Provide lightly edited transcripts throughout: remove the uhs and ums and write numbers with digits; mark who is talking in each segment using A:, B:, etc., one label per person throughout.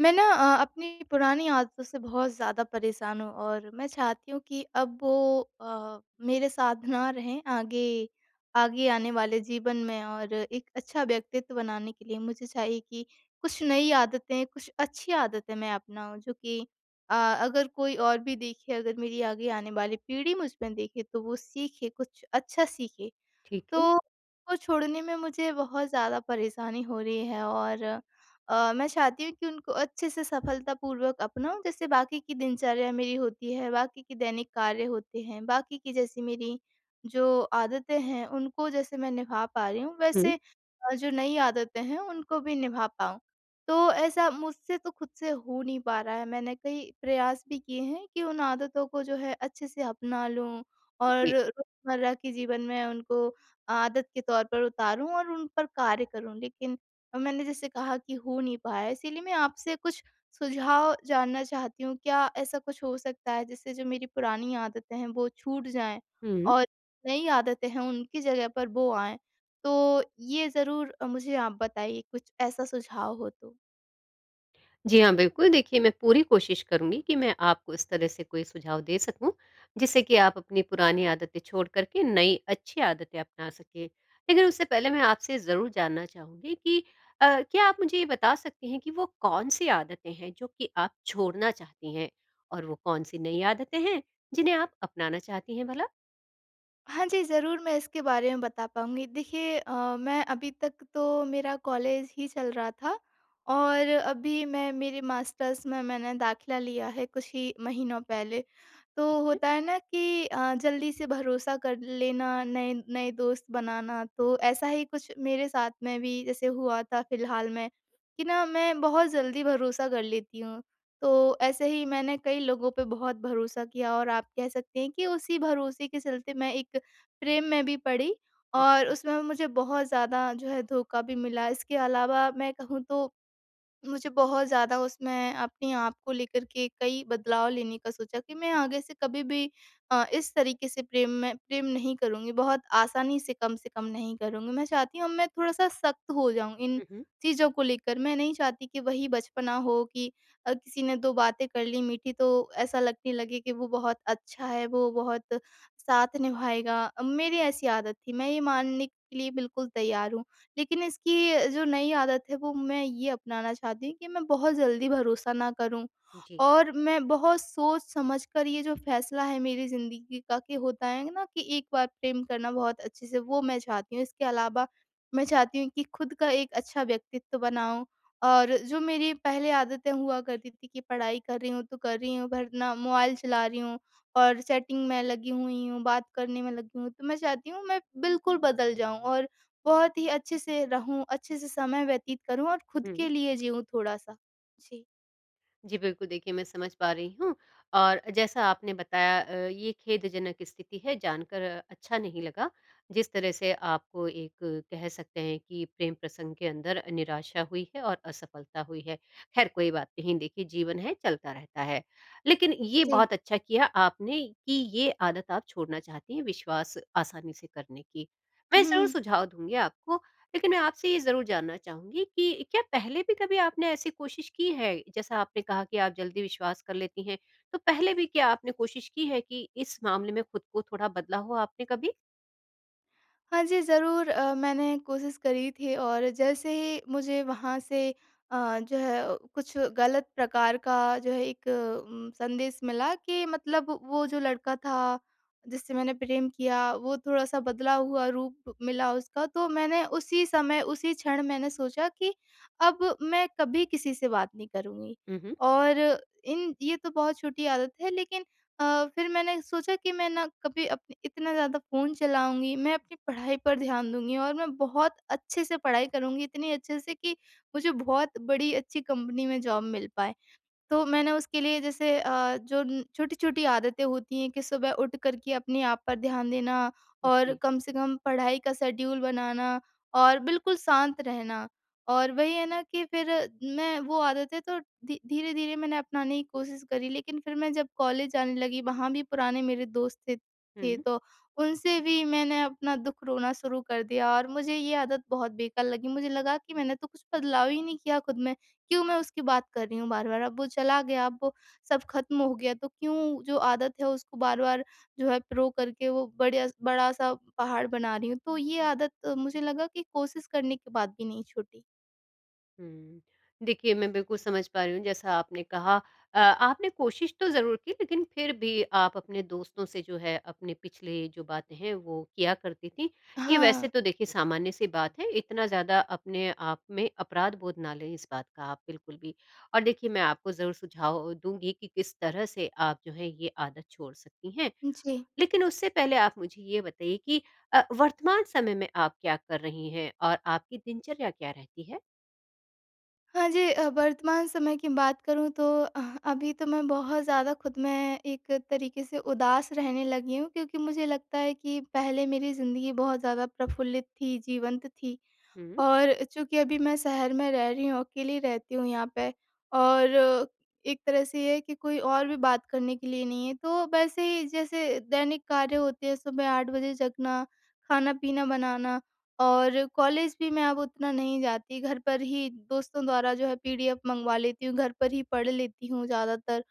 A: मैं ना अपनी पुरानी आदतों से बहुत ज़्यादा परेशान हूँ और मैं चाहती हूँ कि अब वो मेरे साथ ना रहें आगे। आगे आने वाले जीवन में और एक अच्छा व्यक्तित्व बनाने के लिए मुझे चाहिए कि कुछ नई आदतें, कुछ अच्छी आदतें मैं अपनाऊँ जो कि अगर कोई और भी देखे, अगर मेरी आगे आने वाली पीढ़ी मुझ में देखे तो वो सीखे, कुछ अच्छा सीखे।
B: ठीक है।
A: तो उसको छोड़ने में मुझे बहुत ज़्यादा परेशानी हो रही है और मैं चाहती हूँ कि उनको अच्छे से सफलतापूर्वक अपनाऊँ जैसे बाकी की दिनचर्या मेरी होती है, बाकी के दैनिक कार्य होते हैं, बाकी की जैसी मेरी जो आदतें हैं उनको जैसे मैं निभा पा रही हूँ
B: हुँ,
A: वैसे जो नई आदतें हैं उनको भी निभा पाऊँ। तो ऐसा मुझसे तो खुद से हो नहीं पा रहा है, मैंने कई प्रयास भी किए हैं कि उन आदतों को जो है अच्छे से अपना लूँ और
B: जी।
A: रोज़मर्रा के जीवन में उनको आदत के तौर पर उतारूँ और उन पर कार्य करूँ। लेकिन मैंने जैसे कहा कि हो नहीं पाया, इसीलिए मैं आपसे कुछ सुझाव जानना चाहती हूँ। क्या ऐसा कुछ हो सकता है जिससे जो मेरी पुरानी आदतें हैं वो छूट जाएँ
B: हुँ।
A: और नई आदतें हैं उनकी जगह पर वो आएँ? तो ये ज़रूर मुझे आप बताइए कुछ ऐसा सुझाव हो तो।
B: जी हाँ, बिल्कुल देखिए मैं पूरी कोशिश करूँगी कि मैं आपको इस तरह से कोई सुझाव दे सकूँ, जिससे कि आप अपनी पुरानी आदतें छोड़ कर के नई अच्छी आदतें अपना सकें। लेकिन उससे पहले मैं आपसे ज़रूर जानना चाहूँगी कि क्या आप मुझे ये बता सकती हैं कि वो कौन-सी आदतें हैं जो कि आप छोड़ना चाहती हैं? और वो कौन-सी नई आदतें हैं जिन्हें आप अपनाना चाहती हैं भला?
A: हाँ जी, ज़रूर मैं इसके बारे में बता पाऊँगी। देखिए मैं अभी तक तो मेरा कॉलेज ही चल रहा था और अभी मैं मेरे मास्टर्स में मैंने दाखिला लिया है कुछ ही महीनों पहले। तो
B: ठीक है।
A: होता है ना कि जल्दी से भरोसा कर लेना, नए नए दोस्त बनाना, तो ऐसा ही कुछ मेरे साथ में भी जैसे हुआ था फ़िलहाल में कि ना मैं बहुत जल्दी भरोसा कर लेती हूँ। तो ऐसे ही मैंने कई लोगों पे बहुत भरोसा किया और आप कह सकते हैं कि उसी भरोसे के चलते मैं एक प्रेम में भी पड़ी और
B: अच्छा।
A: उसमें मुझे बहुत ज़्यादा जो है धोखा भी मिला। इसके अलावा मैं कहूँ तो मुझे बहुत ज़्यादा उसमें अपने आप को लेकर के कई बदलाव लेने का सोचा कि मैं आगे से कभी भी इस तरीके से प्रेम में प्रेम नहीं करूँगी, बहुत आसानी से कम नहीं करूँगी। मैं चाहती हूँ मैं थोड़ा-सा सख्त हो जाऊँ इन
B: हुँ, हुँ।
A: चीज़ों को लेकर। मैं नहीं चाहती कि वही बचपना हो कि किसी ने 2 बातें कर ली मीठी तो ऐसा लगने लगे कि वो बहुत अच्छा है, वो बहुत साथ निभाएगा। मेरी ऐसी आदत थी, मैं ये मानने के लिए बिल्कुल तैयार हूँ। लेकिन इसकी जो नई आदत है वो मैं ये अपनाना चाहती हूँ कि मैं बहुत जल्दी भरोसा ना करूँ
B: जी।
A: और मैं बहुत सोच समझ कर ये जो फैसला है मेरी ज़िंदगी का कि होता है ना कि एक बार प्रेम करना बहुत अच्छे से वो मैं चाहती हूँ। इसके अलावा मैं चाहती हूँ कि खुद का एक अच्छा व्यक्तित्व बनाऊँ और जो मेरी पहले आदतें हुआ करती थी कि पढ़ाई कर रही हूँ तो कर रही हूँ वरना मोबाइल चला रही हूँ और चैटिंग में लगी हुई हूँ, बात करने में लगी हूँ। तो मैं चाहती हूँ मैं बिल्कुल बदल जाऊँ और बहुत ही अच्छे से रहूँ, अच्छे से समय व्यतीत करूँ और खुद के
B: हुँ।
A: लिए जीऊँ थोड़ा-सा। जी।
B: जी, बिल्कुल देखिए मैं समझ पा रही हूँ और जैसा आपने बताया ये खेदजनक स्थिति है जानकर अच्छा नहीं लगा। जिस तरह से आपको एक कह सकते हैं कि प्रेम प्रसंग के अंदर निराशा हुई है और असफलता हुई है। ख़ैर कोई बात नहीं देखिए जीवन है चलता रहता है। लेकिन ये
A: जी।
B: बहुत अच्छा किया आपने कि ये आदत आप छोड़ना चाहती हैं विश्वास आसानी से करने की। मैं ज़रूर
A: हुँ।
B: सुझाव दूँगी आपको लेकिन मैं आपसे ये ज़रूर जानना चाहूँगी कि क्या पहले भी कभी आपने ऐसी कोशिश की है? जैसा आपने कहा कि आप जल्दी विश्वास कर लेती हैं, तो पहले भी क्या आपने कोशिश की है कि इस मामले में खुद को थोड़ा बदला हो आपने कभी?
A: हाँ जी, ज़रूर मैंने कोशिश करी थी और जैसे ही मुझे वहाँ से जो है कुछ गलत प्रकार का जो है एक संदेश मिला कि मतलब वो जो लड़का था, जिससे मैंने प्रेम किया, वो थोड़ा-सा बदला हुआ रूप मिला उसका, तो मैंने उसी समय, उसी क्षण मैंने सोचा कि अब मैं कभी किसी से बात नहीं करूँगी।
B: हुँ, हुँ।
A: और इन ये तो बहुत छोटी आदत है, लेकिन फिर मैंने सोचा कि मैं ना कभी अपने इतना ज़्यादा फ़ोन चलाऊँगी, मैं अपनी पढ़ाई पर ध्यान दूँगी और मैं बहुत अच्छे से पढ़ाई करूँगी, इतनी अच्छे से कि मुझे बहुत बड़ी अच्छी कंपनी में जॉब मिल पाए। तो मैंने उसके लिए जैसे जो न छोटी-छोटी आदतें होती हैं कि सुबह उठ कर के अपने आप पर ध्यान देना और
B: जी।
A: कम से कम पढ़ाई का शेड्यूल बनाना और बिल्कुल शांत रहना। और वही है ना कि फिर मैं वो आदतें तो धी धीरे-धीरे मैंने अपनाने की कोशिश करी, लेकिन फिर मैं जब कॉलेज जाने लगी, वहाँ भी पुराने मेरे दोस्त थे,
B: हुँ।
A: तो उनसे भी मैंने अपना दुःख रोना शुरू कर दिया और मुझे ये आदत बहुत बेकार लगी। मुझे लगा कि मैंने तो कुछ बदलाव ही नहीं किया खुद में। क्यों मैं उसकी बात कर रही हूँ बार-बार? अब वो चला गया, अब वो सब ख़त्म हो गया, तो क्यों जो आदत है उसको बार-बार जो है प्रो करके वो बढ़िया बड़ा-सा पहाड़ बना रही हूँ। तो ये आदत मुझे लगा कि कोशिश करने के बाद भी नहीं छूटी।
B: हुँ। देखिए, मैं बिल्कुल समझ पा रही हूँ जैसा आपने कहा आपने कोशिश तो ज़रूर की लेकिन फिर भी आप अपने दोस्तों से जो है अपने पिछले जो बातें हैं वो किया करती थीं। ये वैसे
A: हाँ,
B: तो देखिए सामान्य-सी बात है, इतना ज़्यादा अपने आप में अपराध बोध ना लें इस बात का आप बिल्कुल भी। और देखिए मैं आपको ज़रूर सुझाव दूँगी कि किस तरह से आप जो है ये आदत छोड़ सकती हैं।
A: जी।
B: लेकिन उससे पहले आप मुझे ये बताइए कि वर्तमान समय में आप क्या कर रही हैं और आपकी दिनचर्या क्या रहती है?
A: हाँ जी, वर्तमान समय की बात करूँ तो अभी तो मैं बहुत ज़्यादा खुद में एक तरीके से उदास रहने लगी हूँ क्योंकि मुझे लगता है कि पहले मेरी ज़िंदगी बहुत ज़्यादा प्रफुल्लित थी, जीवंत थी।
B: हुँ।
A: और चूँकि अभी मैं शहर में रह रही हूँ, अकेली रहती हूँ यहाँ पे और एक तरह से ये है कि कोई और भी बात करने के लिए नहीं है। तो वैसे ही जैसे दैनिक कार्य होते हैं, सुबह 8 बजे जगना, खाना-पीना बनाना और कॉलेज भी मैं अब उतना नहीं जाती, घर पर ही दोस्तों द्वारा जो है पीडीएफ मंगवा लेती हूँ, घर पर ही पढ़ लेती हूँ ज़्यादातर।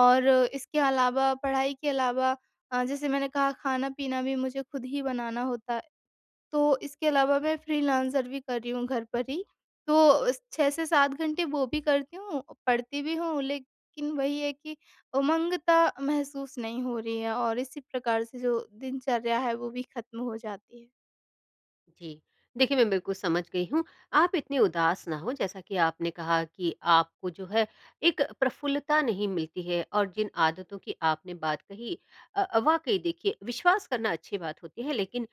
A: और इसके अलावा पढ़ाई के अलावा जैसे मैंने कहा खाना-पीना भी मुझे खुद ही बनाना होता, तो इसके अलावा मैं फ्रीलांसर भी कर रही हूँ घर पर ही। तो 6 से 7 घंटे वो भी करती हूँ, पढ़ती भी हूँ, लेकिन वही है कि उमंगता महसूस नहीं हो रही है और इसी प्रकार से जो दिनचर्या है वो भी खत्म हो जाती है।
B: जी। देखिए, मैं बिल्कुल समझ गई हूँ। आप इतने उदास ना हों, जैसा कि आपने कहा कि आपको जो है एक प्रफुल्लता नहीं मिलती है और जिन आदतों की आपने बात कही वाक़ई देखिए विश्वास करना अच्छी बात होती है, लेकिन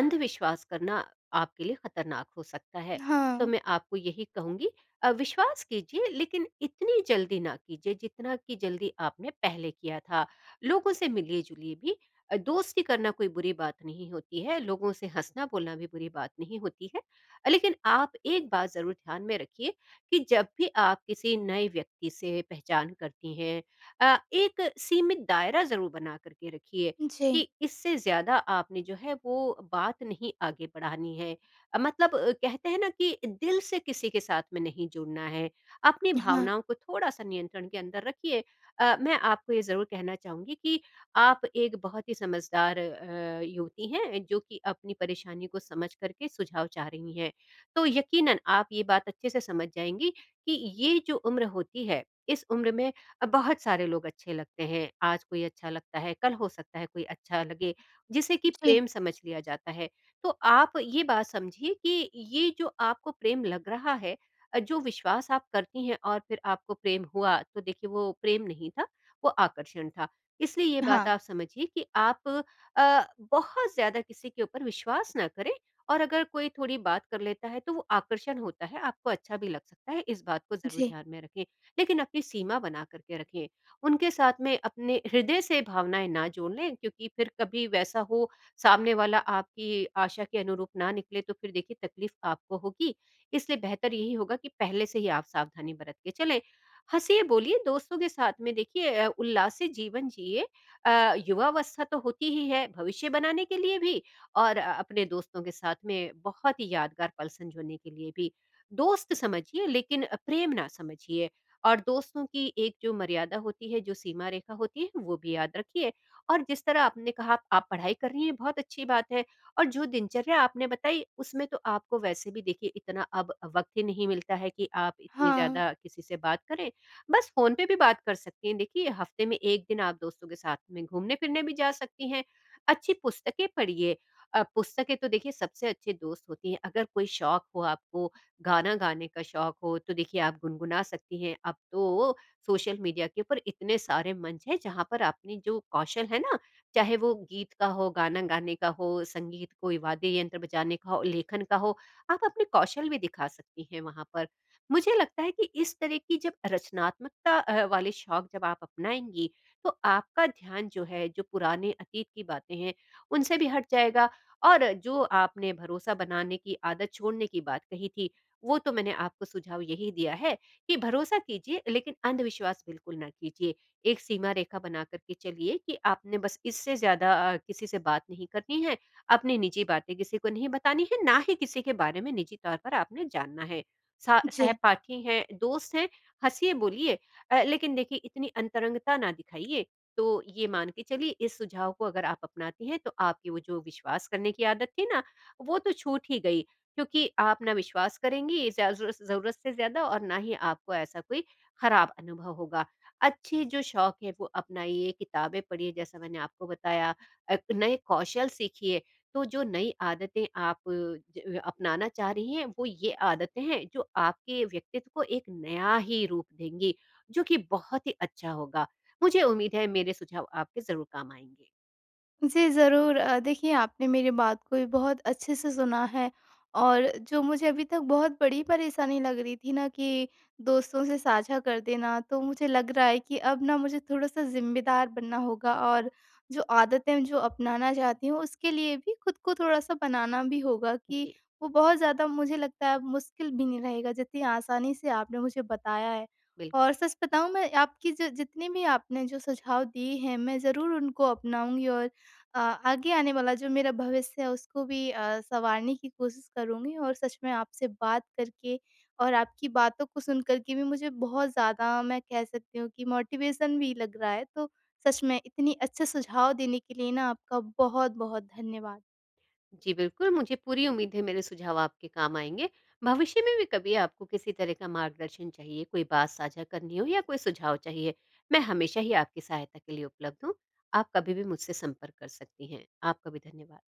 B: अंधविश्वास करना आपके लिए खतरनाक हो सकता है। तो
A: हाँ,
B: मैं आपको यही कहूँगी विश्वास कीजिए लेकिन इतनी जल्दी ना कीजिए, जितना कि जल्दी आपने पहले किया था। लोगों से मिलिए-जुलिए भी दोस्ती करना कोई बुरी बात नहीं होती है, लोगों से हँसना बोलना भी बुरी बात नहीं होती है। लेकिन आप एक बात ज़रूर ध्यान में रखिए कि जब भी आप किसी नए व्यक्ति से पहचान करती हैं एक सीमित दायरा ज़रूर बना कर के रखिए
A: जी।
B: कि इससे ज़्यादा आपने जो है वो बात नहीं आगे बढ़ानी है। मतलब कहते हैं ना कि दिल से किसी के साथ में नहीं जुड़ना है। अपनी
A: हाँ,
B: भावनाओं को थोड़ा-सा नियंत्रण के अंदर रखिए। मैं आपको ये ज़रूर कहना चाहूँगी कि आप एक बहुत ही समझदार युवती हैं जो कि अपनी परेशानी को समझ करके सुझाव चाह रही हैं। तो यकीनन आप ये बात अच्छे से समझ जाएँगी कि ये जो उम्र होती है, इस उम्र में बहुत सारे लोग अच्छे लगते हैं। आज कोई अच्छा लगता है, कल हो सकता है कोई अच्छा लगे, जिसे कि
A: जी।
B: प्रेम समझ लिया जाता है। तो आप ये बात समझिए कि ये जो आपको प्रेम लग रहा है जो विश्वास आप करती हैं और फिर आपको प्रेम हुआ, तो देखिए वो प्रेम नहीं था, वो आकर्षण था। इसलिए ये
A: हाँ,
B: बात आप समझिए कि आप अ, बहुत ज़्यादा किसी के ऊपर विश्वास ना करें और अगर कोई थोड़ी बात कर लेता है तो वो आकर्षण होता है, आपको अच्छा भी लग सकता है, इस बात को ज़रूर
A: जी।
B: ध्यान में रखें। लेकिन अपनी सीमा बना कर के रखें, उनके साथ में अपने हृदय से भावनाएँ ना जोड़ लें क्योंकि फिर कभी वैसा हो सामने वाला आपकी आशा के अनुरूप ना निकले तो फिर देखिए तकलीफ़ आपको होगी। इसलिए बेहतर यही होगा कि पहले से ही आप सावधानी बरत के चलें। हँसिए, बोलिए दोस्तों के साथ में देखिए उल्लास से जीवन जिए। युवावस्था तो होती ही है भविष्य बनाने के लिए भी और अपने दोस्तों के साथ में बहुत ही यादगार पल संजोने के लिए भी। दोस्त समझिए लेकिन प्रेम ना समझिए और दोस्तों की एक जो मर्यादा होती है, जो सीमा रेखा होती है, वो भी याद रखिए। और जिस तरह आपने कहा आप पढ़ाई कर रही हैं, बहुत अच्छी बात है और जो दिनचर्या आपने बताई उसमें तो आपको वैसे भी देखिए इतना अब वक़्त ही नहीं मिलता है कि आप इतनी
A: हाँ,
B: ज़्यादा किसी से बात करें। बस फ़ोन पे भी बात कर सकती हैं। देखिए, हफ़्ते में 1 दिन आप दोस्तों के साथ में घूमने-फिरने भी जा सकती हैं। अच्छी पुस्तकें पढ़िए। पुस्तकें तो देखिए सबसे अच्छे दोस्त होती हैं। अगर कोई शौक हो आपको, गाना गाने का शौक हो, तो देखिए आप गुनगुना सकती हैं। अब तो सोशल मीडिया के ऊपर इतने सारे मंच हैं, जहाँ पर आपने जो कौशल है ना, चाहे वो गीत का हो, गाना गाने का हो, संगीत कोई वाद्य यंत्र बजाने का हो, लेखन का हो, आप अपने कौशल भी दिखा सकती हैं वहाँ पर। मुझे लगता है कि इस तरह की जब रचनात्मकता वाले शौक जब आप अपनाएँगी, तो आपका ध्यान जो है, जो पुराने अतीत की बातें हैं, उनसे भी हट जाएगा और जो आपने भरोसा बनाने की आदत छोड़ने की बात कही थी, वो तो मैंने आपको सुझाव यही दिया है कि भरोसा कीजिए लेकिन अंधविश्वास बिल्कुल ना कीजिए। एक सीमा रेखा बना कर के चलिए कि आपने बस इससे ज़्यादा किसी से बात नहीं करनी है, अपनी निजी बातें किसी को नहीं बतानी है, ना ही किसी के बारे में निजी तौर पर आपने जानना है। सा
A: जी।
B: सहपाठी हैं, दोस्त हैं, हँसिए-बोलिए लेकिन देखिए इतनी अंतरंगता ना दिखाइए। तो ये मान के चलिए इस सुझाव को अगर आप अपनाती हैं तो आपकी वो जो विश्वास करने की आदत थी ना, वो तो छूट ही गई क्योंकि आप ना विश्वास करेंगी ज़्या ज़रूरत ज़रूरत से ज़्यादा और ना ही आपको ऐसा कोई खराब अनुभव होगा। अच्छे जो शौक है वो अपनाइए, किताबें पढ़िए जैसा मैंने आपको बताया, नए कौशल सीखिए तो जो नई आदतें आप ज अपनाना चाह रही हैं, वो ये आदतें हैं जो आपके व्यक्तित्व को एक नया ही रूप देंगी, जो कि बहुत ही अच्छा होगा। मुझे उम्मीद है मेरे सुझाव आपके ज़रूर काम आएँगे।
A: जी, ज़रूर देखिए आपने मेरी बात को भी बहुत अच्छे से सुना है और जो मुझे अभी तक बहुत बड़ी परेशानी लग रही थी ना कि दोस्तों से साझा कर देना, तो मुझे लग रहा है कि अब ना मुझे थोड़ा-सा ज़िम्मेदार बनना होगा और जो आदतें जो अपनाना चाहती हूँ, उसके लिए भी खुद को थोड़ा-सा बनाना भी होगा कि
B: जी,
A: वो बहुत ज़्यादा मुझे लगता है अब मुश्किल भी नहीं रहेगा, जितनी आसानी से आपने मुझे बताया है।
B: बिल
A: और सच बताऊँ मैं आपकी ज जितने भी आपने जो सुझाव दिए हैं, मैं ज़रूर उनको अपनाऊँगी और अ, आगे आने वाला जो मेरा भविष्य है उसको भी सँवारने की कोशिश करूँगी और सच में आपसे बात करके और आपकी बातों को सुन कर के भी मुझे बहुत ज़्यादा मैं कह सकती हूँ कि मोटिवेशन भी लग रहा है। तो सच में इतनी अच्छे सुझाव देने के लिए ना आपका बहुत-बहुत धन्यवाद।
B: जी, बिल्कुल मुझे पूरी उम्मीद है मेरे सुझाव आपके काम आएँगे। भविष्य में भी कभी आपको किसी तरह का मार्गदर्शन चाहिए, कोई बात साझा करनी हो या कोई सुझाव चाहिए, मैं हमेशा ही आपकी सहायता के लिए उपलब्ध हूँ। आप कभी भी मुझसे संपर्क कर सकती हैं। आपका भी धन्यवाद।